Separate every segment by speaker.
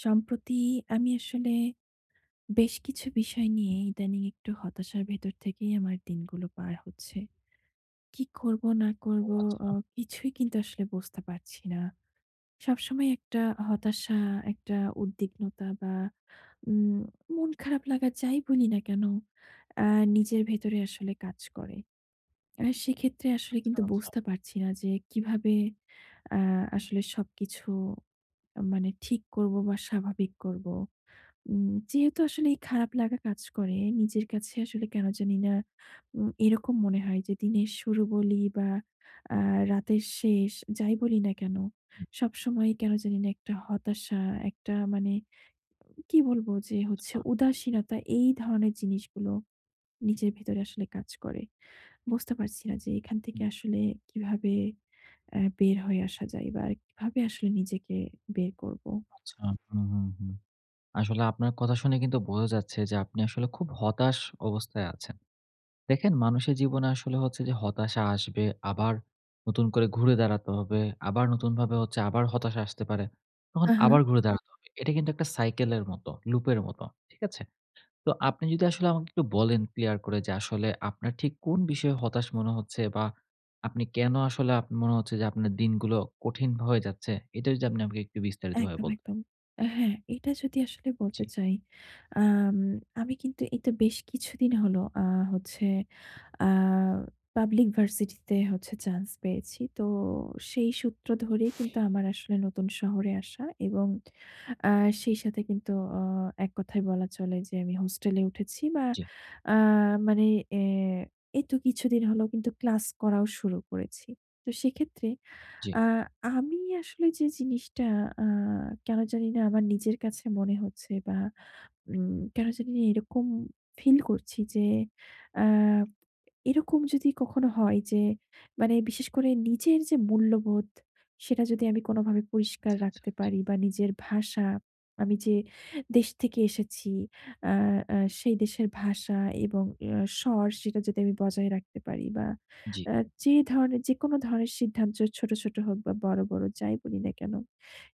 Speaker 1: সম্প্রতি আমি আসলে বেশ কিছু বিষয় নিয়ে ইদানিং একটু হতাশার ভেতর থেকেই আমার দিনগুলো পার হচ্ছে। কি করব না
Speaker 2: ও
Speaker 1: করব
Speaker 2: আচ্ছা,
Speaker 1: অ কিছুই কিন্তু আসলে বুঝতে পারছি না। সবসময় একটা হতাশা, একটা উদ্বিগ্নতা বা উম মন খারাপ লাগা যাই বলি না কেন, আ নিজের ভেতরে আসলে কাজ করে। সেক্ষেত্রে আসলে
Speaker 2: আচ্ছা,
Speaker 1: কিন্তু
Speaker 2: আচ্ছা,
Speaker 1: বুঝতে পারছি না যে কিভাবে আ আসলে সবকিছু মানে ঠিক করব বা স্বাভাবিক করব। যেহেতু আসলে এই খারাপ লাগা কাজ করে, নিজের কাছে আসলে কেন জানি না এরকম মনে হয় যে দিনের শুরু বলি বা আ রাতের শেষ যাই বলি না কেন, সবসময়ই কেন জানি না একটা হতাশা, একটা মানে কি বলবো যে হচ্ছে
Speaker 2: আচ্ছা,
Speaker 1: উদাসীনতা এই ধরনের জিনিসগুলো নিজের ভেতরে আসলে কাজ করে। বুঝতে পারছি না যে এখান থেকে আসলে কিভাবে বের হয়ে আসা যায় বা কিভাবে আসলে নিজেকে বের করব?
Speaker 2: আচ্ছা। হুম, হুম, হুম। আসলে আপনার কথা শুনে কিন্তু বোঝা যাচ্ছে যে আপনি আসলে খুব হতাশ অবস্থায় আছেন। দেখেন মানুষের জীবনে আসলে হচ্ছে যে হতাশা আসবে, আবার নতুন করে ঘুরে দাঁড়াতে হবে, আবার নতুনভাবে হচ্ছে আবার হতাশা আসতে পারে। তখন আবার ঘুরে দাঁড়াতে হবে। এটা কিন্তু একটা সাইকেলের মতো, লুপের মতো। ঠিক আছে? তো আপনি যদি আসলে আমাকে একটু বলেন ক্লিয়ার করে যে আসলে আপনার ঠিক কোন বিষয়ে হতাশ মনে হচ্ছে বা আপনি কেন আসলে আপ মনে হচ্ছে যে আপনার দিনগুলো কঠিন হয়ে যাচ্ছে? এটা যদি আপনি আমাকে একটু বিস্তারিতভাবে
Speaker 1: একদম,
Speaker 2: বলতেন।
Speaker 1: একদম। হ্যাঁ, এটা যদি আসলে
Speaker 2: জি,
Speaker 1: বলতে চাই, আম আমি কিন্তু এই তো বেশ কিছুদিন হলো হচ্ছে আ পাবলিক ভার্সিটিতে হচ্ছে চান্স পেয়েছি। তো সেই সূত্র ধরেই কিন্তু আমার আসলে নতুন শহরে আসা এবং আ সেই সাথে কিন্তু অ এক কথায় বলা চলে যে আমি হোস্টেলে উঠেছি বা
Speaker 2: জি,
Speaker 1: আ মানে এ এই তো কিছুদিন হলো কিন্তু ক্লাস করাও শুরু করেছি। তো সেক্ষেত্রে
Speaker 2: জি।
Speaker 1: আ আমি আসলে যে জিনিসটা আ কেন জানি না আমার নিজের কাছে মনে হচ্ছে বা উম কেন জানি না এরকম ফিল করছি যে আ এরকম যদি কখনো হয় যে মানে বিশেষ করে নিজের যে মূল্যবোধ সেটা যদি আমি কোনোভাবে পরিষ্কার
Speaker 2: আচ্ছা, আচ্ছা।
Speaker 1: রাখতে
Speaker 2: জি,
Speaker 1: পারি বা নিজের ভাষা, আমি যে দেশ থেকে এসেছি আ আ সেই দেশের ভাষা এবং স্বর সেটা যদি আমি বজায় রাখতে পারি বা
Speaker 2: জি।
Speaker 1: আ যে ধরনের যেকোনো ধরনের সিদ্ধান্ত ছোট, ছোট হোক বা বড়, বড় যাই বলি না কেন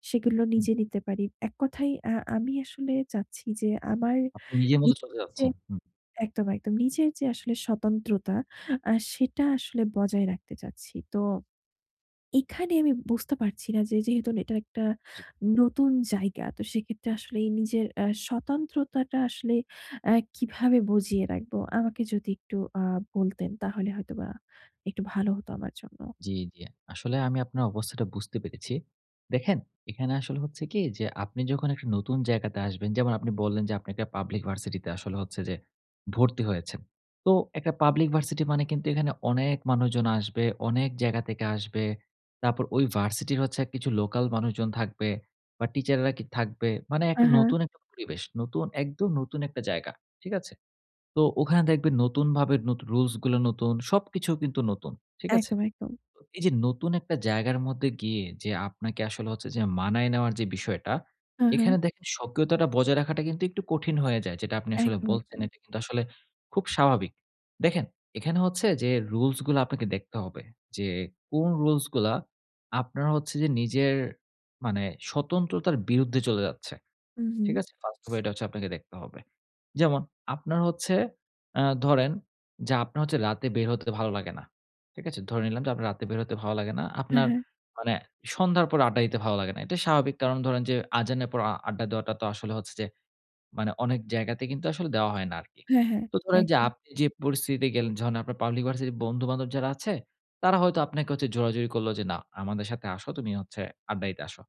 Speaker 1: সেগুলো
Speaker 2: হুম।
Speaker 1: নিজে নিতে পারি। এক কথায় আমি আসলে চাচ্ছি যে আমার
Speaker 2: আপনি নিজের মতো চলে
Speaker 1: নিজে
Speaker 2: যাচ্ছেন। হুম,
Speaker 1: একদম, একদম নিজের যে আসলে স্বতন্ত্রতা সেটা আসলে বজায় রাখতে চাচ্ছি। তো এখানে আমি বুঝতে পারছি না যে যেহেতু এটা একটা
Speaker 2: জি।
Speaker 1: নতুন জায়গা। তো সেক্ষেত্রে আসলে এই নিজের স্বতন্ত্রতাটা আসলে কিভাবে বজিয়ে রাখবো? আমাকে যদি একটু বলতেন তাহলে হয়তোবা একটু ভালো হতো আমার জন্য।
Speaker 2: জি, জি। আসলে আমি আপনার অবস্থাটা বুঝতে পেরেছি। দেখেন, এখানে আসলে হচ্ছে কি যে আপনি যখন একটা নতুন জায়গাতে আসবেন, যেমন আপনি বললেন যে আপনি একটা পাবলিক ভার্সিটিতে আসলে হচ্ছে যে ভর্তি হয়েছেন। তো একটা পাবলিক ভার্সিটি মানে কিন্তু এখানে অনেক মানুষজন আসবে, অনেক জায়গা থেকে আসবে। তারপর ওই ভার্সিটির হচ্ছে কিছু লোকাল মানুষজন থাকবে বা টিচাররা কি থাকবে। মানে একটা
Speaker 1: হ্যাঁ, হ্যাঁ।
Speaker 2: নতুন একটা পরিবেশ, নতুন একদম নতুন একটা জায়গা। ঠিক আছে? তো ওখানে দেখবেন নতুনভাবে নত রুলস গুলো নতুন, সবকিছু কিন্তু নতুন। ঠিক আছে?
Speaker 1: একদম, একদম।
Speaker 2: তো এই যে নতুন একটা জায়গার মধ্যে গিয়ে যে আপনাকে আসলে হচ্ছে যে মানায় নেওয়ার যে বিষয়টা,
Speaker 1: হ্যাঁ, হ্যাঁ।
Speaker 2: এখানে দেখেন স্বকীয়তাটা বজায় রাখাটা কিন্তু একটু কঠিন হয়ে যায়। যেটা আপনি আসলে
Speaker 1: একদম,
Speaker 2: বলছেন
Speaker 1: একদম।
Speaker 2: এটা কিন্তু আসলে খুব স্বাভাবিক। দেখেন এখানে হচ্ছে যে রুলস গুলা আপনাকে দেখতে হবে। যে কোন রুলস গুলা আপনার হচ্ছে যে নিজের মানে স্বতন্ত্রতার বিরুদ্ধে চলে যাচ্ছে।
Speaker 1: হু, হু।
Speaker 2: ঠিক আছে? 1st of all এটা হচ্ছে আপনাকে দেখতে হবে। যেমন আপনার হচ্ছে ধরেন যে আপনার হচ্ছে রাতে বের হতে ভালো লাগে না। ঠিক আছে? ধরে নিলাম যে আপনার রাতে বের হতে ভালো লাগে না।
Speaker 1: হ্যাঁ,
Speaker 2: আপনার
Speaker 1: হ্যাঁ।
Speaker 2: মানে সন্ধ্যার পর আড্ডা দিতে ভালো লাগে না। এটা স্বাভাবিক। কারণ ধরেন যে আযানের পর আড্ডা দেওয়াটা তো আসলে হচ্ছে যে মানে অনেক জায়গাতে কিন্তু আসলে দেওয়া হয় না আরকি।
Speaker 1: হ্যাঁ, হ্যাঁ।
Speaker 2: তো ধরেন যে
Speaker 1: একদম,
Speaker 2: আপনি যে পরিস্থিতিতে গেলেন যখন আপনার পাবলিক ভার্সিটির বন্ধু-বান্ধব যারা আছে, তারা হয়তো আপনাকে হচ্ছে জোরাজুরি করলো যে, "না, আমাদের সাথে আসো, তুমি হচ্ছে আড্ডা দিতে আসো।"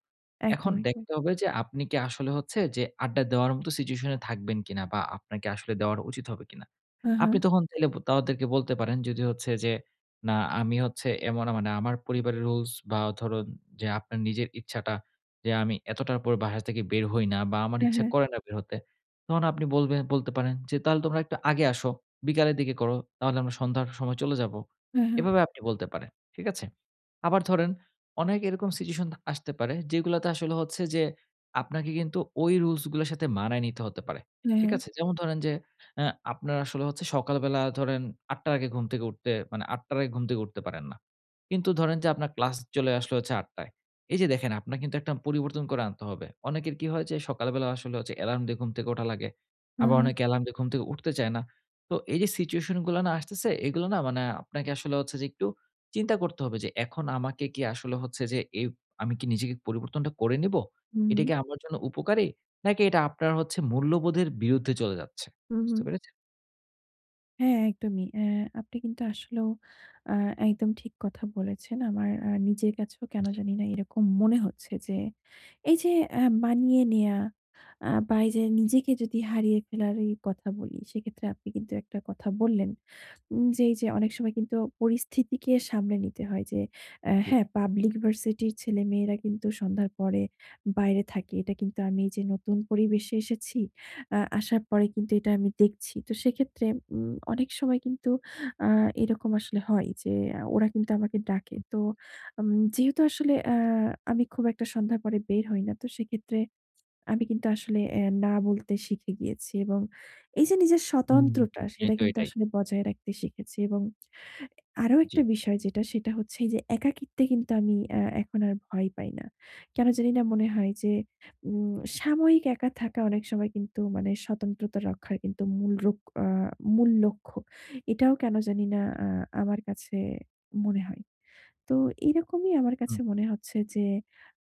Speaker 2: এখন
Speaker 1: একদম, একদম।
Speaker 2: দেখতে হবে যে আপনি কি আসলে হচ্ছে যে আড্ডা দেওয়ার মতো সিচুয়েশন এ থাকবেন কিনা বা আপনাকে আসলে দেওয়াটা উচিত হবে কিনা?
Speaker 1: হ্যাঁ, হ্যাঁ।
Speaker 2: আপনি তখন চাইলে ব তাদেরকে বলতে পারেন যদি হচ্ছে যে, "না, আমি হচ্ছে এমন মানে আমার পরিবারের রুলস বা ধরুন যে আপনার নিজের ইচ্ছাটা যে আমি এতটার পর বাসা থেকে বের হই না বা আমার
Speaker 1: হ্যাঁ,
Speaker 2: ইচ্ছা
Speaker 1: হ্যাঁ।
Speaker 2: করে না বের হতে।" তখন আপনি বলবেন বলতে পারেন যে, "তাহলে তোমরা একটু আগে আসো। বিকালের দিকে করো। তাহলে আমরা সন্ধ্যার সময় চলে যাবো।" হুম।
Speaker 1: হ্যাঁ, হ্যাঁ।
Speaker 2: এভাবে আপনি বলতে পারেন। ঠিক আছে? আবার ধরেন অনেক এরকম সিচুয়েশন আসতে পারে যেগুলাতে আসলে হচ্ছে যে, আপনাকে কিন্তু ওই রুলস গুলার সাথে মানায় নিতে হতে পারে।
Speaker 1: হ্যাঁ,
Speaker 2: ঠিক
Speaker 1: হ্যাঁ।
Speaker 2: আছে? যেমন ধরেন যে, আপনার আসলে হচ্ছে সকালবেলা ধরেন ৮ টার আগে ঘুম থেকে উঠতে মানে ৮ টার আগে ঘুম থেকে উঠতে পারেন না। কিন্তু ধরেন যে আপনার ক্লাস চলে আসলো হচ্ছে ৮ টায়। এই যে দেখেন আপনার কিন্তু একটা পরিবর্তন করে আনতে হবে। অনেকের কি হয় যে সকালবেলা আসলে হচ্ছে অ্যালার্ম দিয়ে ঘুম থেকে ওঠা লাগে।
Speaker 1: হ্যাঁ,
Speaker 2: আবার
Speaker 1: হ্যাঁ।
Speaker 2: অনেকে অ্যালার্ম দিয়ে ঘুম থেকে উঠতে চায় না। তো এই যে সিচুয়েশন গুলা না আসতেছে এগুলো না মানে আপনাকে আসলে হচ্ছে যে একটু চিন্তা করতে হবে যে এখন আমাকে কি আসলে হচ্ছে যে এই আমি কি নিজেকে পরিবর্তনটা করে নিব?
Speaker 1: হুম,
Speaker 2: এটা
Speaker 1: হুম।
Speaker 2: কি আমার জন্য উপকারী? নাকি এটা আপনার হচ্ছে মূল্যবোধের বিরুদ্ধে চলে যাচ্ছে।
Speaker 1: হুম,
Speaker 2: বুঝতে
Speaker 1: হুম।
Speaker 2: পেরেছেন?
Speaker 1: হ্যাঁ, একদমই। আপনি কিন্তু আসলেও আ একদম ঠিক কথা বলেছেন। আমার নিজের কাছেও কেন
Speaker 2: জি,
Speaker 1: জানি না এরকম মনে হচ্ছে যে, এই যে মানিয়ে নেয়া বা এই যে নিজেকে যদি হারিয়ে ফেলার এই কথা বলি, সেক্ষেত্রে আপনি কিন্তু একটা কথা বললেন। জি, জি। অনেক সময় কিন্তু পরিস্থিতিকে সামলে নিতে হয় যে
Speaker 2: জি।
Speaker 1: হ্যাঁ, পাবলিক ভার্সিটির ছেলেমেয়েরা কিন্তু সন্ধ্যার পরে বাইরে থাকে। এটা কিন্তু আমি এই যে নতুন পরিবেশে এসেছি, আসার পরে কিন্তু এটা আমি দেখছি। তো সেক্ষেত্রে অনেক সময় কিন্তু আ এরকম আসলে হয় যে ওরা কিন্তু আমাকে ডাকে। তো উম যেহেতু আসলে আমি খুব একটা সন্ধ্যার পরে বের হই না। তো সেক্ষেত্রে আমি কিন্তু আসলে না বলতে শিখে গিয়েছি এবং এই যে নিজের
Speaker 2: হুম,
Speaker 1: স্বতন্ত্রতা
Speaker 2: এই
Speaker 1: সেটা
Speaker 2: তো
Speaker 1: কিন্তু
Speaker 2: এটাই।
Speaker 1: আসলে বজায় রাখতে শিখেছি এবং আরো
Speaker 2: জি,
Speaker 1: একটা বিষয় যেটা সেটা হচ্ছে এই যে একাকিত্বে কিন্তু আমি এখন আর ভয় পাই না। কেন জানি না মনে হয় যে সাময়িক একা থাকা অনেক সময় কিন্তু মানে স্বতন্ত্রতা রক্ষার কিন্তু মূল রোক আ মূল লক্ষ্য। এটাও কেন জানি না
Speaker 2: জি।
Speaker 1: আমার কাছে মনে হয়। তো এরকমই আমার
Speaker 2: হুম,
Speaker 1: কাছে মনে হচ্ছে যে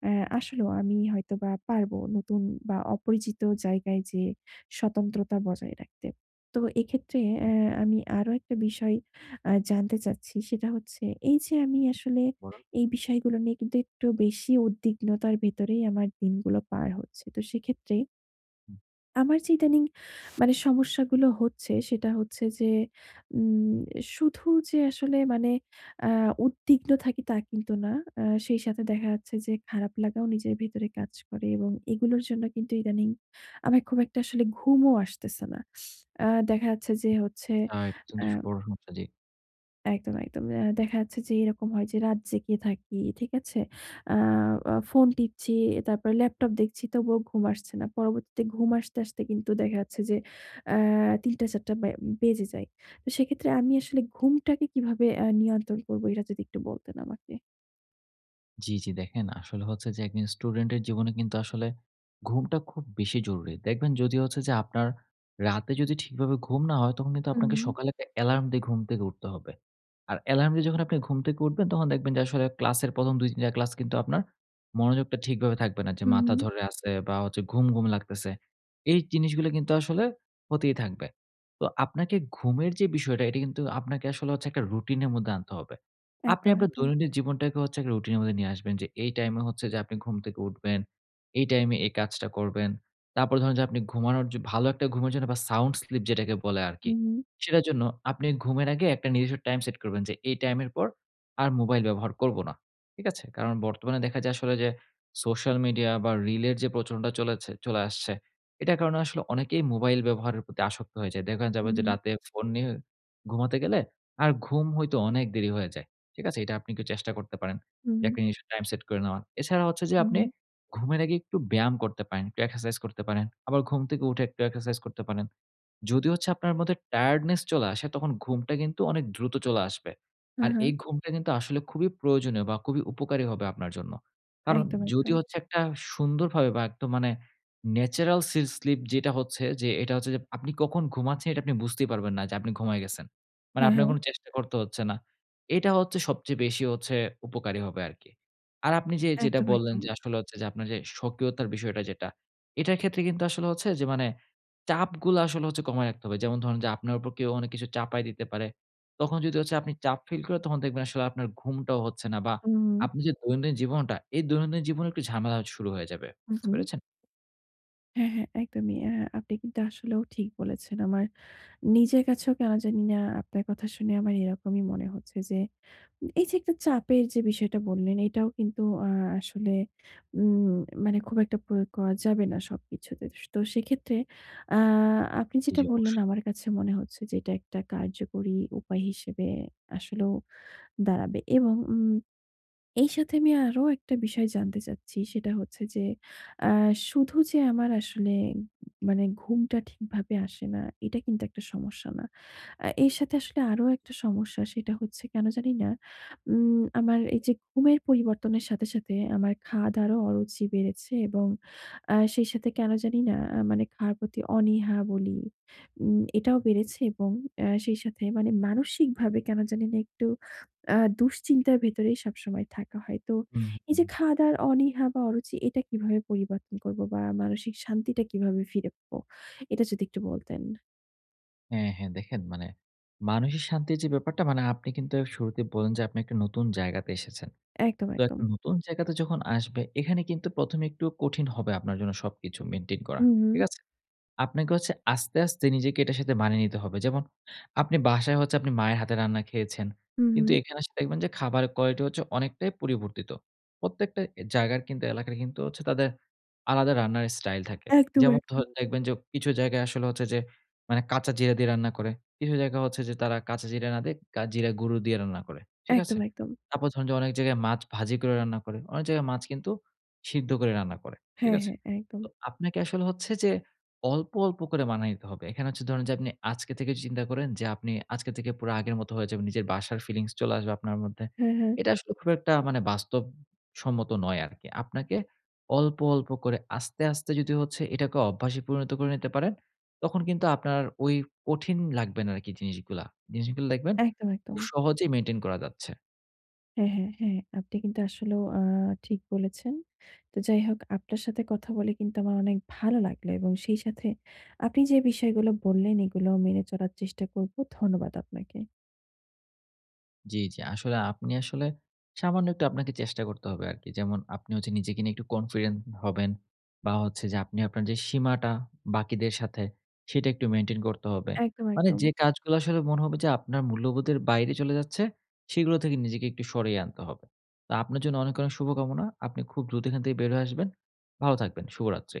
Speaker 1: অ্যা আসলেও আমি হয়তোবা পারবো নতুন বা অপরিচিত জায়গায় যেয়ে স্বতন্ত্রতা বজায় রাখতে। তো এক্ষেত্রে
Speaker 2: হুম।
Speaker 1: আমি আরো একটা বিষয় জানতে চাচ্ছি সেটা হচ্ছে এই যে আমি আসলে
Speaker 2: বলুন।
Speaker 1: এই বিষয়গুলো নিয়ে কিন্তু একটু বেশি উদ্বিগ্নতার ভেতরেই আমার দিনগুলো পার হচ্ছে। তো সেক্ষেত্রে আমার যে ইদানিং মানে সমস্যাগুলো হচ্ছে সেটা হচ্ছে যে উম শুধু যে আসলে মানে আ উদ্বিগ্ন থাকি তা কিন্তু না। সেই সাথে দেখা যাচ্ছে যে খারাপ লাগাও নিজের ভেতরে কাজ করে এবং এগুলোর জন্য কিন্তু ইদানিং আমার খুব একটা আসলে ঘুমও আসতেছে না। আ দেখা যাচ্ছে যে হচ্ছে।
Speaker 2: আচ্ছা এটা
Speaker 1: আ
Speaker 2: কিন্তু বড় সমস্যা। জি।
Speaker 1: একদম, একদম। দেখা যাচ্ছে যে এরকম হয় যে রাত জেগে থাকি, ঠিক আছে? আ আ ফোন টিপছি, তারপরে ল্যাপটপ দেখছি তবুও ঘুম আসছে না। পরবর্তীতে ঘুম আসতে, আসতে কিন্তু দেখা যাচ্ছে যে আ ৩:০০-৪:০০ বেজে যায়। তো সেক্ষেত্রে আমি আসলে ঘুমটাকে কিভাবে নিয়ন্ত্রণ করবো এটা যদি একটু বলতেন আমাকে?
Speaker 2: জি, জি। দেখেন আসলে হচ্ছে যে একজন স্টুডেন্টের জীবনে কিন্তু আসলে ঘুমটা খুব বেশি জরুরি। দেখবেন যদি হচ্ছে যে আপনার রাতে যদি ঠিকভাবে ঘুম না হয় তখন কিন্তু আপনাকে
Speaker 1: হুম,
Speaker 2: সকালে একটা অ্যালার্ম দিয়ে ঘুম থেকে উঠতে হবে। আর অ্যালার্ম দিয়ে যখন আপনি ঘুম থেকে উঠবেন তখন দেখবেন যে আসলে ক্লাসের ১ম ২-৩ টা ক্লাস কিন্তু আপনার মনোযোগটা ঠিকভাবে থাকবে না। যে
Speaker 1: হুম,
Speaker 2: মাথা
Speaker 1: হুম।
Speaker 2: ধরে আছে বা হচ্ছে ঘুম, ঘুম লাগতেছে। এই জিনিসগুলো কিন্তু আসলে হতেই থাকবে। তো আপনাকে ঘুমের যে বিষয়টা এটা কিন্তু আপনাকে আসলে হচ্ছে একটা রুটিনের মধ্যে আনতে হবে। আপনি
Speaker 1: একদম,
Speaker 2: আপনার
Speaker 1: একদম।
Speaker 2: দৈনন্দিন জীবনটাকে হচ্ছে একটা রুটিনের মধ্যে নিয়ে আসবেন যে, এই টাইমে হচ্ছে যে আপনি ঘুম থেকে উঠবেন, এই টাইমে এই কাজটা করবেন। তারপরে ধরেন যে আপনি ঘুমানোর জ ভালো একটা ঘুমের জন্য বা সাউন্ড স্লিপ যেটাকে বলে আরকি।
Speaker 1: হুম, হুম।
Speaker 2: সেটার জন্য আপনি ঘুমের আগে একটা নির্দিষ্ট টাইম সেট করবেন যে, এই টাইমের পর আর মোবাইল ব্যবহার করব না। ঠিক আছে? কারণ বর্তমানে দেখা যায় আসলে যে সোশ্যাল মিডিয়া বা রিলের যে প্রচলনটা চলেছে চলে আসছে, এটার কারণে আসলে অনেকেই মোবাইল ব্যবহারের প্রতি আসক্ত হয়ে যায়। দেখা যাবে যে
Speaker 1: হুম,
Speaker 2: রাতে ফোন নিয়ে ঘুমাতে গেলে আর ঘুম হইতে অনেক দেরি হয়ে যায়। ঠিক আছে? এটা আপনি একটু চেষ্টা করতে পারেন। যে
Speaker 1: হুম,
Speaker 2: একটা নির্দিষ্ট টাইম সেট করে নেওয়ার। এছাড়া হচ্ছে যে
Speaker 1: হুম,
Speaker 2: আপনি
Speaker 1: হুম।
Speaker 2: ঘুমের আগে একটু ব্যায়াম করতে পারেন, একটু এক্সারসাইজ করতে পারেন। আবার ঘুম থেকে উঠে একটু এক্সারসাইজ করতে পারেন। যদি হচ্ছে আপনার মধ্যে টায়ার্ডনেস চলে আসে, তখন ঘুমটা কিন্তু অনেক দ্রুত চলে আসবে। আর
Speaker 1: হ্যাঁ, হ্যাঁ।
Speaker 2: এই ঘুমটা কিন্তু আসলে খুবই প্রয়োজনীয় বা খুবই উপকারী হবে আপনার জন্য। কারণ
Speaker 1: একদম,
Speaker 2: যদি
Speaker 1: একদম।
Speaker 2: হচ্ছে একটা সুন্দরভাবে বা একদম মানে ন্যাচারাল সি স্লিপ যেটা হচ্ছে যে, এটা হচ্ছে যে আপনি কখন ঘুমাচ্ছেন এটা আপনি বুঝতেই পারবেন না যে আপনি ঘুমায়ে গেছেন। মানে
Speaker 1: হ্যাঁ,
Speaker 2: আপনার
Speaker 1: হ্যাঁ।
Speaker 2: কোনো চেষ্টা করতে হচ্ছে না। এটা হচ্ছে সবচেয়ে বেশি হচ্ছে উপকারী হবে আরকি। আর আপনি যে যেটা
Speaker 1: একদম,
Speaker 2: বললেন
Speaker 1: একদম।
Speaker 2: যে আসলে হচ্ছে যে আপনার যে স্বকীয়তার বিষয়টা যেটা, এটার ক্ষেত্রে কিন্তু আসলে হচ্ছে যে মানে চাপগুলা আসলে হচ্ছে কমায় রাখতে হবে। যেমন ধরেন যে আপনার উপর কেউ অনেক কিছু চাপায় দিতে পারে। তখন যদি হচ্ছে আপনি চাপ ফিল করেন তখন দেখবেন আসলে আপনার ঘুমটাও হচ্ছে না বা
Speaker 1: হুম,
Speaker 2: আপনি যে দৈনন্দিন জীবনটা, এই দৈনন্দিন জীবনে একটু ঝামেলা শুরু হয়ে যাবে। বুঝতে
Speaker 1: হুম।
Speaker 2: পেরেছেন?
Speaker 1: হ্যাঁ, হ্যাঁ, একদমই। আপনি কিন্তু আসলেও ঠিক বলেছেন। আমার নিজের কাছেও কেন জানি না আপনার কথা শুনে আমার এরকমই মনে হচ্ছে যে, এই যে একটা চাপের যে বিষয়টা বললেন, এটাও কিন্তু আসলে উম মানে খুব একটা প্রয়োগ করা যাবে না সবকিছুতে। তো সেক্ষেত্রে আ আপনি
Speaker 2: জি,
Speaker 1: যেটা
Speaker 2: জি
Speaker 1: বললেন
Speaker 2: অবশ্যই।
Speaker 1: আমার কাছে মনে হচ্ছে যে এটা একটা কার্যকরী উপায় হিসেবে আসলেও দাঁড়াবে এবং এই সাথে আমি আরো একটা বিষয় জানতে চাচ্ছি সেটা হচ্ছে যে আ শুধু যে আমার আসলে মানে ঘুমটা ঠিকভাবে আসে না, এটা কিন্তু একটা সমস্যা না। এর সাথে আসলে আরো একটা সমস্যা সেটা হচ্ছে কেন জানি না আমার এই যে ঘুমের পরিবর্তনের সাথে, সাথে আমার খাওয়া-দাওয়ারও অরুচি বেড়েছে এবং সেই সাথে কেন জানি না মানে খাওয়ার প্রতি অনীহা বলি এটাও বেড়েছে এবং সেই সাথে মানে মানসিকভাবে কেন জানি না একটু আ দুশ্চিন্তার ভেতরেই সবসময় থাকা হয়। তো
Speaker 2: হুম, হুম।
Speaker 1: এই
Speaker 2: হুম।
Speaker 1: যে খাওয়া-দাওয়ার অনীহা বা অরুচি এটা কিভাবে পরিবর্তন করব বা মানসিক শান্তিটা কিভাবে ফিরে পাবো? এটা যদি একটু বলতেন।
Speaker 2: হ্যাঁ, হ্যাঁ দেখেন মানে মানসিক শান্তির যে ব্যাপারটা মানে আপনি কিন্তু শুরুতে বললেন যে আপনি একটা নতুন জায়গাতে এসেছেন।
Speaker 1: একদম,
Speaker 2: তো
Speaker 1: একদম।
Speaker 2: একটা নতুন জায়গাতে যখন আসবে এখানে কিন্তু ১ম এ একটু কঠিন হবে আপনার জন্য সবকিছু মেইনটেইন করা।
Speaker 1: হু, হু,
Speaker 2: ঠিক আছে? আপনাকে হচ্ছে আস্তে, আস্তে নিজেকে এটার সাথে মানিয়ে নিতে হবে। যেমন আপনি বাসায় হচ্ছে আপনি মায়ের হাতের রান্না খেয়েছেন।
Speaker 1: হু, হু।
Speaker 2: কিন্তু এখানে এসে দেখবেন যে খাবারের কোয়ালিটি হচ্ছে অনেকটাই পরিবর্তিত। প্রত্যেকটা এ জায়গার কিন্তু এলাকার কিন্তু হচ্ছে তাদের আলাদা রান্নার স্টাইল থাকে।
Speaker 1: একদম,
Speaker 2: যেমন
Speaker 1: একদম,
Speaker 2: ধরেন দেখবেন যে কিছু জায়গায় আসলে হচ্ছে যে মানে কাঁচা জিরা দিয়ে রান্না করে। কিছু জায়গা হচ্ছে যে তারা কাঁচা জিরা না দিয়ে কা জিরা গুঁড়ো দিয়ে রান্না করে। ঠিক আছে?
Speaker 1: একদম, একদম।
Speaker 2: তারপর ধরুন যে অনেক জায়গায় মাছ ভাজি করে রান্না করে। অনেক জায়গায় মাছ কিন্তু সিদ্ধ করে রান্না করে। ঠিক
Speaker 1: হ্যাঁ,
Speaker 2: আছে?
Speaker 1: হ্যাঁ, একদম।
Speaker 2: তো আপনাকে আসলে হচ্ছে যে অল্প, অল্প করে মানায় নিতে হবে। এখানে হচ্ছে ধরেন যে আপনি আজকে থেকে যদি চিন্তা করেন যে আপনি আজকে থেকে পুরা আগের মতো হয়ে যাবেন। নিজের বাসার ফিলিংস চলে আসবে আপনার মধ্যে।
Speaker 1: হ্যাঁ, হ্যাঁ।
Speaker 2: এটা আসলে খুব একটা মানে বাস্তবসম্মত নয় আরকি। আপনাকে অল্প, অল্প করে আস্তে, আস্তে যদি হচ্ছে এটাকে অভ্যাসে পরিণত করে নিতে পারেন, তখন কিন্তু আপনার ওই কঠিন লাগবে না আরকি জিনিসগুলা। জিনিসগুলো দেখবেন
Speaker 1: একদম,
Speaker 2: খুব
Speaker 1: একদম।
Speaker 2: সহজেই মেইনটেইন করা যাচ্ছে।
Speaker 1: হ্যাঁ, হ্যাঁ, হ্যাঁ। আপনি কিন্তু আসলেও ঠিক বলেছেন। তো যাই হোক আপনার সাথে কথা বলে কিন্তু আমার অনেক ভালো লাগলো এবং সেই সাথে আপনি যে বিষয়গুলো বললেন এগুলো মেনে চলার চেষ্টা করব। ধন্যবাদ আপনাকে।
Speaker 2: জি, জি। আসলে আপনি আসলে সামান্য একটু আপনাকে চেষ্টা করতে হবে আরকি। যেমন আপনি হচ্ছে নিজেকে নিয়ে একটু কনফিডেন্ট হবেন বা হচ্ছে যে আপনি আপনার যে সীমাটা বাকিদের সাথে সেটা একটু মেইনটেইন করতে হবে।
Speaker 1: একদম,
Speaker 2: মানে
Speaker 1: একদম।
Speaker 2: যে কাজগুলো আসলে মনে হবে যে আপনার মূল্যবোধের বাইরে চলে যাচ্ছে, সেগুলো থেকে নিজেকে একটু সরিয়ে আনতে হবে। তো আপনার জন্য অনেক, অনেক শুভকামনা। আপনি খুব দ্রুত এখান থেকে বের হয়ে আসবেন। ভালো থাকবেন। শুভরাত্রি।